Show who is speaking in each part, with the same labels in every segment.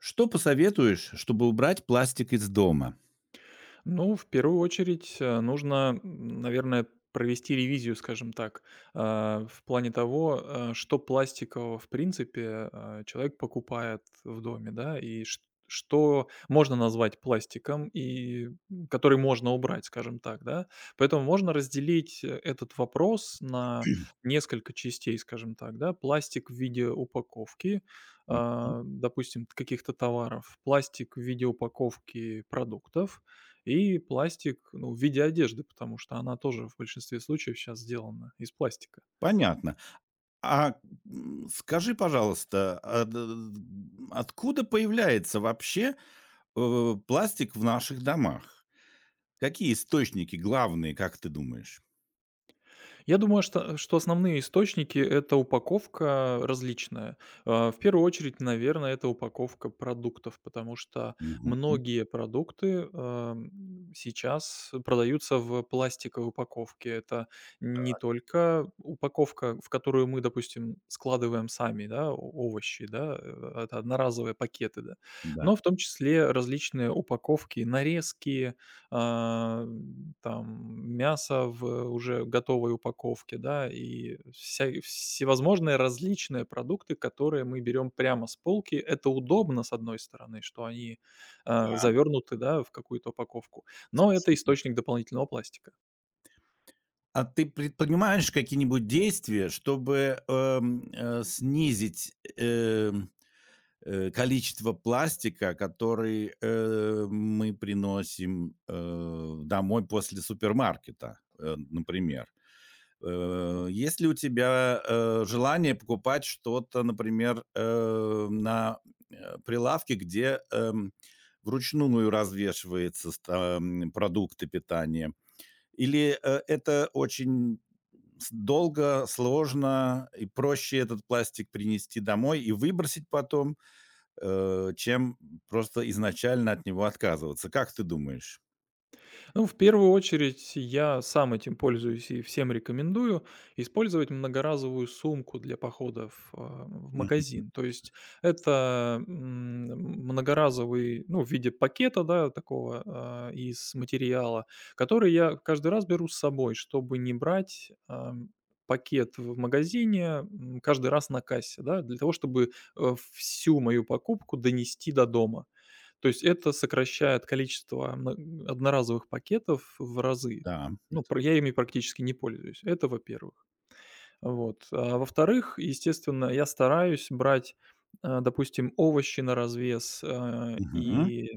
Speaker 1: Что посоветуешь, чтобы убрать пластик из дома?
Speaker 2: Ну, в первую очередь, нужно, наверное, провести ревизию, скажем так, в плане того, что пластикового, в принципе, человек покупает в доме, да, и что можно назвать пластиком, и который можно убрать, скажем так, да. Поэтому можно разделить этот вопрос на несколько частей, скажем так, да. Пластик в виде упаковки,
Speaker 1: М,
Speaker 2: допустим, каких-то товаров, пластик в виде упаковки продуктов, и пластик, ну, в виде одежды, потому что она тоже в большинстве случаев сейчас сделана из пластика.
Speaker 1: понятно. А, Скажи, пожалуйста, откуда появляется вообще пластик в наших домах? Какие источники главные, как ты думаешь?
Speaker 2: Я думаю, что основные источники — это упаковка различная. В первую очередь, наверное, это упаковка продуктов, потому что
Speaker 1: Мгм.
Speaker 2: многие продукты, сейчас продаются в пластиковой упаковке. Это не только упаковка, в которую мы, допустим, складываем сами, да, о овощи, да, это одноразовые пакеты, да,
Speaker 1: Да.
Speaker 2: но в том числе различные упаковки, нарезки, а, там мясо в уже готовой упаковке, да, и вся всевозможные различные продукты, которые мы берем прямо с полки. Это удобно, с одной стороны, что они, завернуты, да, в какую-то упаковку, но это источник дополнительного пластика.
Speaker 1: А ты предпринимаешь какие-нибудь действия, чтобы, снизить, количество пластика, который, мы приносим, домой после супермаркета, например. Есть ли у тебя, желание покупать что-то, например, на, прилавке, где, вручную развешиваются продукты питания? Или, это очень с долго, сложно, и проще этот пластик принести домой и выбросить потом? Чем просто изначально от него отказываться. Как ты думаешь?
Speaker 2: Ну, в первую очередь, я сам этим пользуюсь и всем рекомендую использовать многоразовую сумку для походов в
Speaker 1: Мгм.
Speaker 2: магазин. То есть это многоразовый, ну, в виде пакета, да, такого из материала, который я каждый раз беру с собой, чтобы не брать пакет в магазине каждый раз на кассе, да, для того, чтобы всю мою покупку донести до дома. То есть это сокращает количество мно одноразовых пакетов в разы.
Speaker 1: Да,
Speaker 2: Ну,
Speaker 1: это
Speaker 2: пр я
Speaker 1: т-
Speaker 2: ими практически не пользуюсь. Это, во-первых. Вот. А во-вторых, естественно, я стараюсь брать, допустим, овощи наразвес, а,
Speaker 1: Мгм,
Speaker 2: и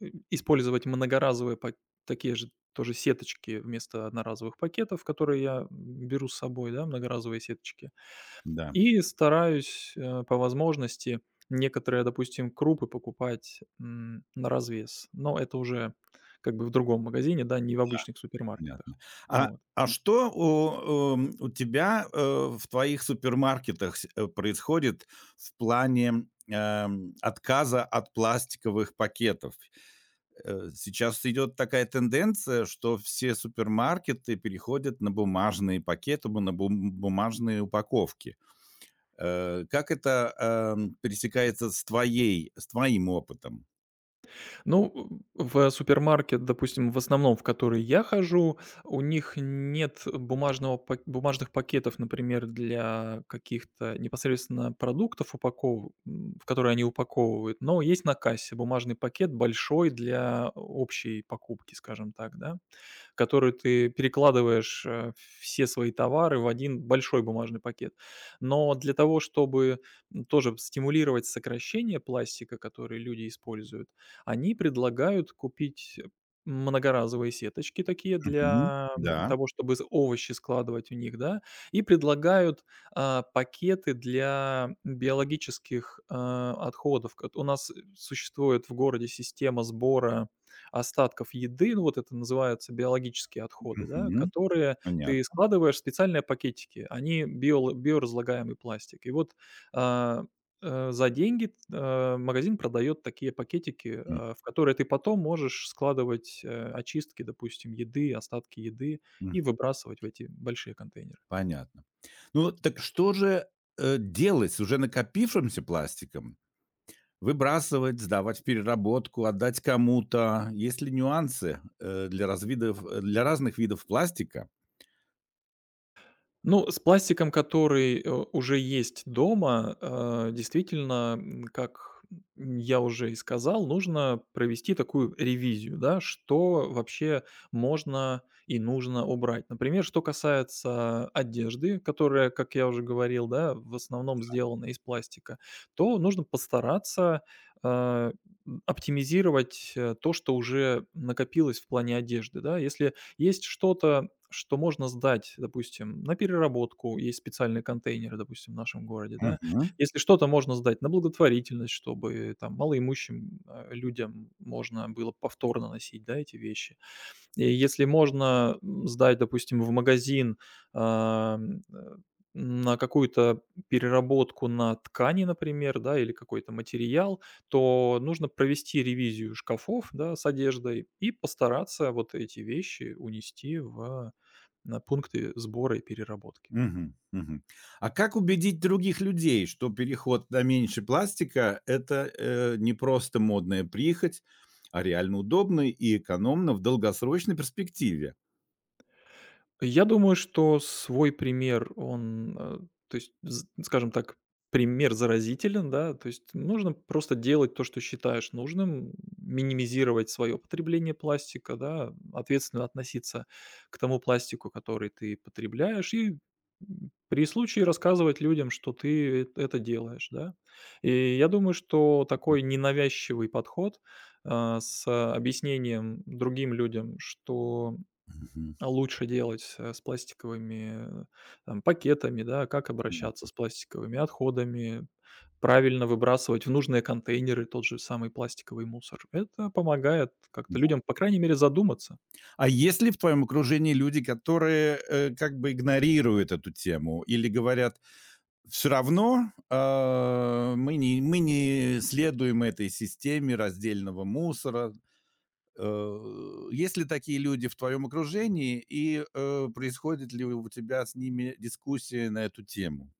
Speaker 2: э, использовать многоразовые пак такие же тоже сеточки вместо одноразовых пакетов, которые я беру с собой, да, многоразовые сеточки.
Speaker 1: да,
Speaker 2: И стараюсь, по возможности некоторые, допустим, крупы покупать, на развес, но это уже как бы в другом магазине, да, не в обычных супермаркетах.
Speaker 1: понятно. А
Speaker 2: Вот.
Speaker 1: а что у тебя, в твоих супермаркетах происходит в плане, отказа от пластиковых пакетов? Сейчас идет такая тенденция, что все супермаркеты переходят на бумажные пакеты, бу на бум бумажные упаковки. Как это, пересекается с твоим опытом?
Speaker 2: Ну, в супермаркет, допустим, в основном, в который я хожу, у них нет бумажного пак бумажных пакетов, например, для каких-то непосредственно продуктов, в которые они упаковывают, но есть на кассе бумажный пакет большой для общей покупки, скажем так, да, в которую ты перекладываешь, все свои товары в один большой бумажный пакет. Но для того, чтобы, тоже стимулировать сокращение пластика, который люди используют, они предлагают купить многоразовые сеточки такие
Speaker 1: Мгм.
Speaker 2: для,
Speaker 1: Да.
Speaker 2: того, чтобы з овощи складывать в них, да, и предлагают, пакеты для биологических, отходов. Кот У нас существует в городе система сбора остатков еды, ну, вот это называются биологические отходы, да,
Speaker 1: Мгм.
Speaker 2: которые ты
Speaker 1: Понятно.
Speaker 2: складываешь в специальные пакетики, они биоразлагаемый пластик. И вот, а, за деньги, магазин продает такие пакетики, в которые ты потом можешь складывать, очистки, допустим, еды, остатки еды
Speaker 1: Мгм.
Speaker 2: и выбрасывать в эти большие контейнеры.
Speaker 1: Понятно. Ну, так что же, делать с уже накопившимся пластиком? Выбрасывать, сдавать в переработку, отдать кому-то? Есть ли нюансы, для разных видов пластика?
Speaker 2: Ну, с пластиком, который, уже есть дома, действительно, как я уже и сказал, нужно провести такую ревизию, да, что вообще можно и нужно убрать. Например, что касается одежды, которая, как я уже говорил, да, в основном сделана из пластика, то нужно постараться, э, оптимизировать, то, что уже накопилось в плане одежды, да. Если есть что-то, что можно сдать, допустим, на переработку. Есть специальные контейнеры, допустим, в нашем городе, да.
Speaker 1: Мгм,
Speaker 2: Если что-то можно сдать на благотворительность, чтобы там малоимущим, людям можно было повторно носить, да, эти вещи. И если можно, сдать, допустим, в магазин, ам, э, на какую-то переработку на ткани, например, да, или какой-то материал, то нужно провести ревизию шкафов, да, с одеждой и постараться вот эти вещи унести в на пункты сбора и переработки.
Speaker 1: мгм. А как убедить других людей, что переход на меньше пластика — это, не просто модная прихоть, а реально удобно и экономно в долгосрочной перспективе?
Speaker 2: Я думаю, что свой пример, он, то есть, з скажем так, пример заразителен, да. То есть нужно просто делать то, что считаешь нужным, минимизировать свое потребление пластика, да, ответственно относиться к тому пластику, который ты потребляешь, и, при случае рассказывать людям, что ты эт это делаешь, да. И я думаю, что такой ненавязчивый подход, с объяснением другим людям, что
Speaker 1: Мгм,
Speaker 2: лучше делать, с пластиковыми, там, пакетами, да, как обращаться
Speaker 1: понятно.
Speaker 2: с пластиковыми отходами, правильно выбрасывать в нужные контейнеры тот же самый пластиковый мусор. Это помогает как-то людям, по крайней мере, задуматься.
Speaker 1: А есть ли в твоем окружении люди, которые, как бы игнорируют эту тему или говорят: Все равно, мы не следуем этой системе раздельного мусора»? Есть ли такие люди в твоем окружении и, происходит ли у тебя с ними дискуссия на эту тему?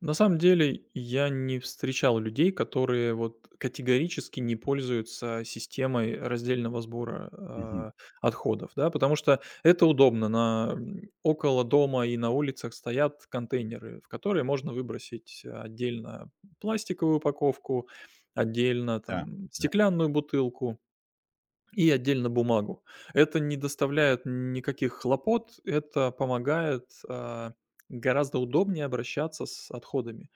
Speaker 2: На самом деле, я не встречал людей, которые вот категорически не пользуются системой раздельного сбора,
Speaker 1: Мгм.
Speaker 2: отходов, да, потому что это удобно. Около дома и на улицах стоят контейнеры, в которые можно выбросить отдельно пластиковую упаковку, отдельно
Speaker 1: Да,
Speaker 2: там
Speaker 1: да.
Speaker 2: стеклянную бутылку и отдельно бумагу. Это не доставляет никаких хлопот, это помогает, гораздо удобнее обращаться с отходами.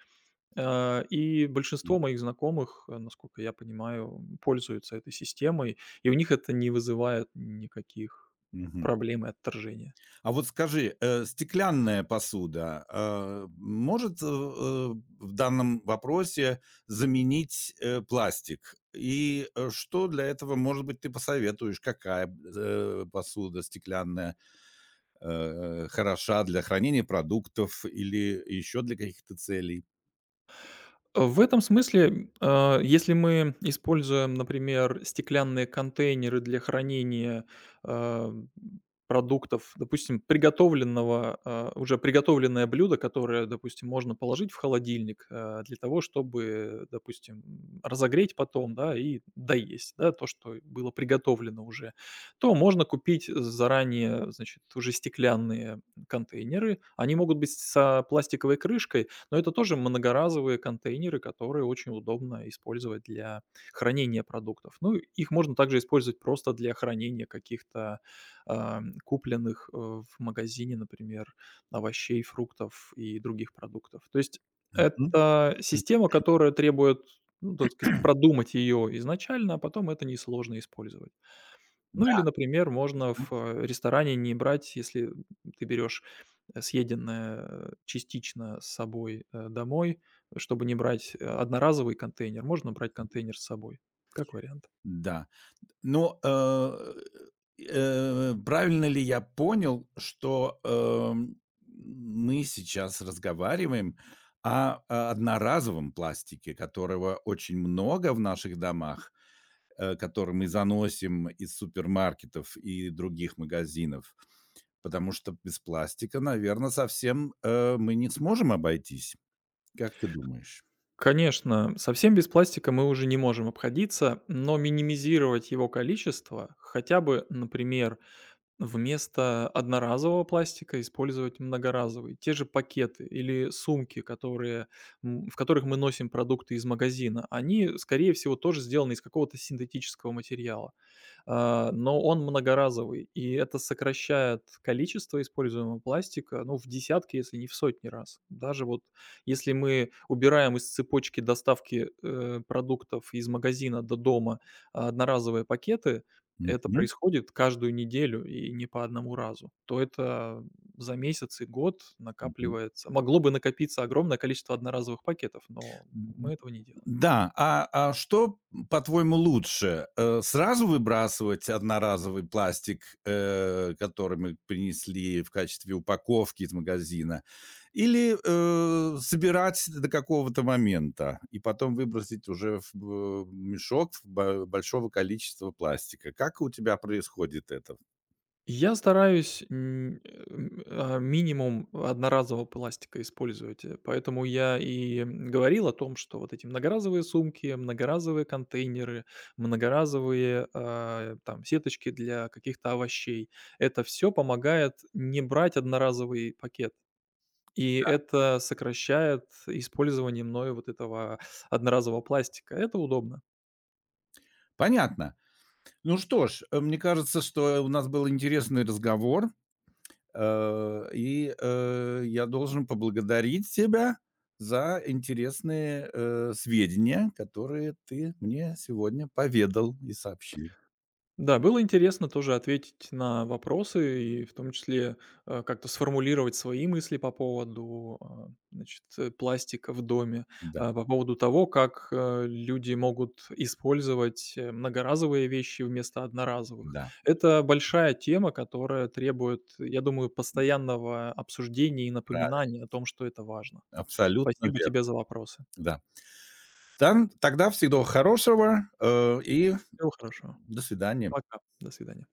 Speaker 2: И большинство моих знакомых, насколько я понимаю, пользуются этой системой, и у них это не вызывает никаких
Speaker 1: Мгм.
Speaker 2: проблем и отторжения.
Speaker 1: А вот скажи, стеклянная посуда, может, в данном вопросе заменить, пластик? И, что для этого, может быть, ты посоветуешь? Какая, посуда стеклянная, хороша для хранения продуктов или еще для каких-то целей?
Speaker 2: В этом смысле, если мы используем, например, стеклянные контейнеры для хранения, э, продуктов, допустим, приготовленного, уже приготовленное блюдо, которое, допустим, можно положить в холодильник, для того, чтобы, допустим, разогреть потом, да, и доесть, да, то, что было приготовлено уже, то можно купить заранее, значит, уже стеклянные контейнеры. Они могут быть со пластиковой крышкой, но это тоже многоразовые контейнеры, которые очень удобно использовать для хранения продуктов. Ну, их можно также использовать просто для хранения каких-то купленных в магазине, например, овощей, фруктов и других продуктов. То есть
Speaker 1: Мгм.
Speaker 2: это система, которая требует, ну, так сказать, продумать ее изначально, а потом это несложно использовать. Ну или,
Speaker 1: Да.
Speaker 2: например, можно в, ресторане не брать, если, ты берешь, съеденное частично с собой, домой, чтобы не брать, одноразовый контейнер, можно брать контейнер с собой, как вариант.
Speaker 1: Да. Но, правильно ли я понял, что, мы сейчас разговариваем о о одноразовом пластике, которого очень много в наших домах, который мы заносим из супермаркетов и других магазинов? Потому что без пластика, наверное, совсем, мы не сможем обойтись. Как ты думаешь?
Speaker 2: Конечно, совсем без пластика мы уже не можем обходиться, но минимизировать его количество хотя бы, например, вместо одноразового пластика использовать многоразовый. Те же пакеты или сумки, которые, в которых мы носим продукты из магазина, они, скорее всего, тоже сделаны из какого-то синтетического материала. Но он многоразовый, и это сокращает количество используемого пластика, ну, в десятки, если не в сотни раз. Даже вот если мы убираем из цепочки доставки, продуктов из магазина до дома одноразовые пакеты, это
Speaker 1: Мгм.
Speaker 2: происходит каждую неделю и не по одному разу, то это за месяц и год
Speaker 1: Мгм.
Speaker 2: накапливается. Могло бы накопиться огромное количество одноразовых пакетов, но мы
Speaker 1: М,
Speaker 2: этого не делаем.
Speaker 1: да, а что, по-твоему, лучше, сразу выбрасывать одноразовый пластик, который мы принесли в качестве упаковки из магазина, или, собирать до какого-то момента и потом выбросить уже в б мешок в бо большого количества пластика? Как у тебя происходит это?
Speaker 2: Я стараюсь, минимум одноразового пластика использовать, поэтому я и говорил о том, что вот эти многоразовые сумки, многоразовые контейнеры, многоразовые, там сеточки для каких-то овощей — это все помогает не брать одноразовый пакет, и это сокращает использование мною вот этого одноразового пластика. Это удобно.
Speaker 1: Понятно. Ну что ж, мне кажется, что у нас был интересный разговор. Я должен поблагодарить тебя за интересные, сведения, которые ты мне сегодня поведал и сообщил.
Speaker 2: Да, было интересно тоже ответить на вопросы и в том числе, как-то сформулировать свои мысли по поводу, значит, пластика в доме,
Speaker 1: Да,
Speaker 2: по поводу того, как, люди могут использовать, многоразовые вещи вместо одноразовых.
Speaker 1: да,
Speaker 2: Это большая тема, которая требует, я думаю, постоянного обсуждения и
Speaker 1: правильно,
Speaker 2: напоминания о том, что это важно.
Speaker 1: абсолютно
Speaker 2: Спасибо
Speaker 1: верно,
Speaker 2: тебе за вопросы.
Speaker 1: да. Тогда всего хорошего, и
Speaker 2: Всего хорошего.
Speaker 1: до свидания.
Speaker 2: Пока. До свидания.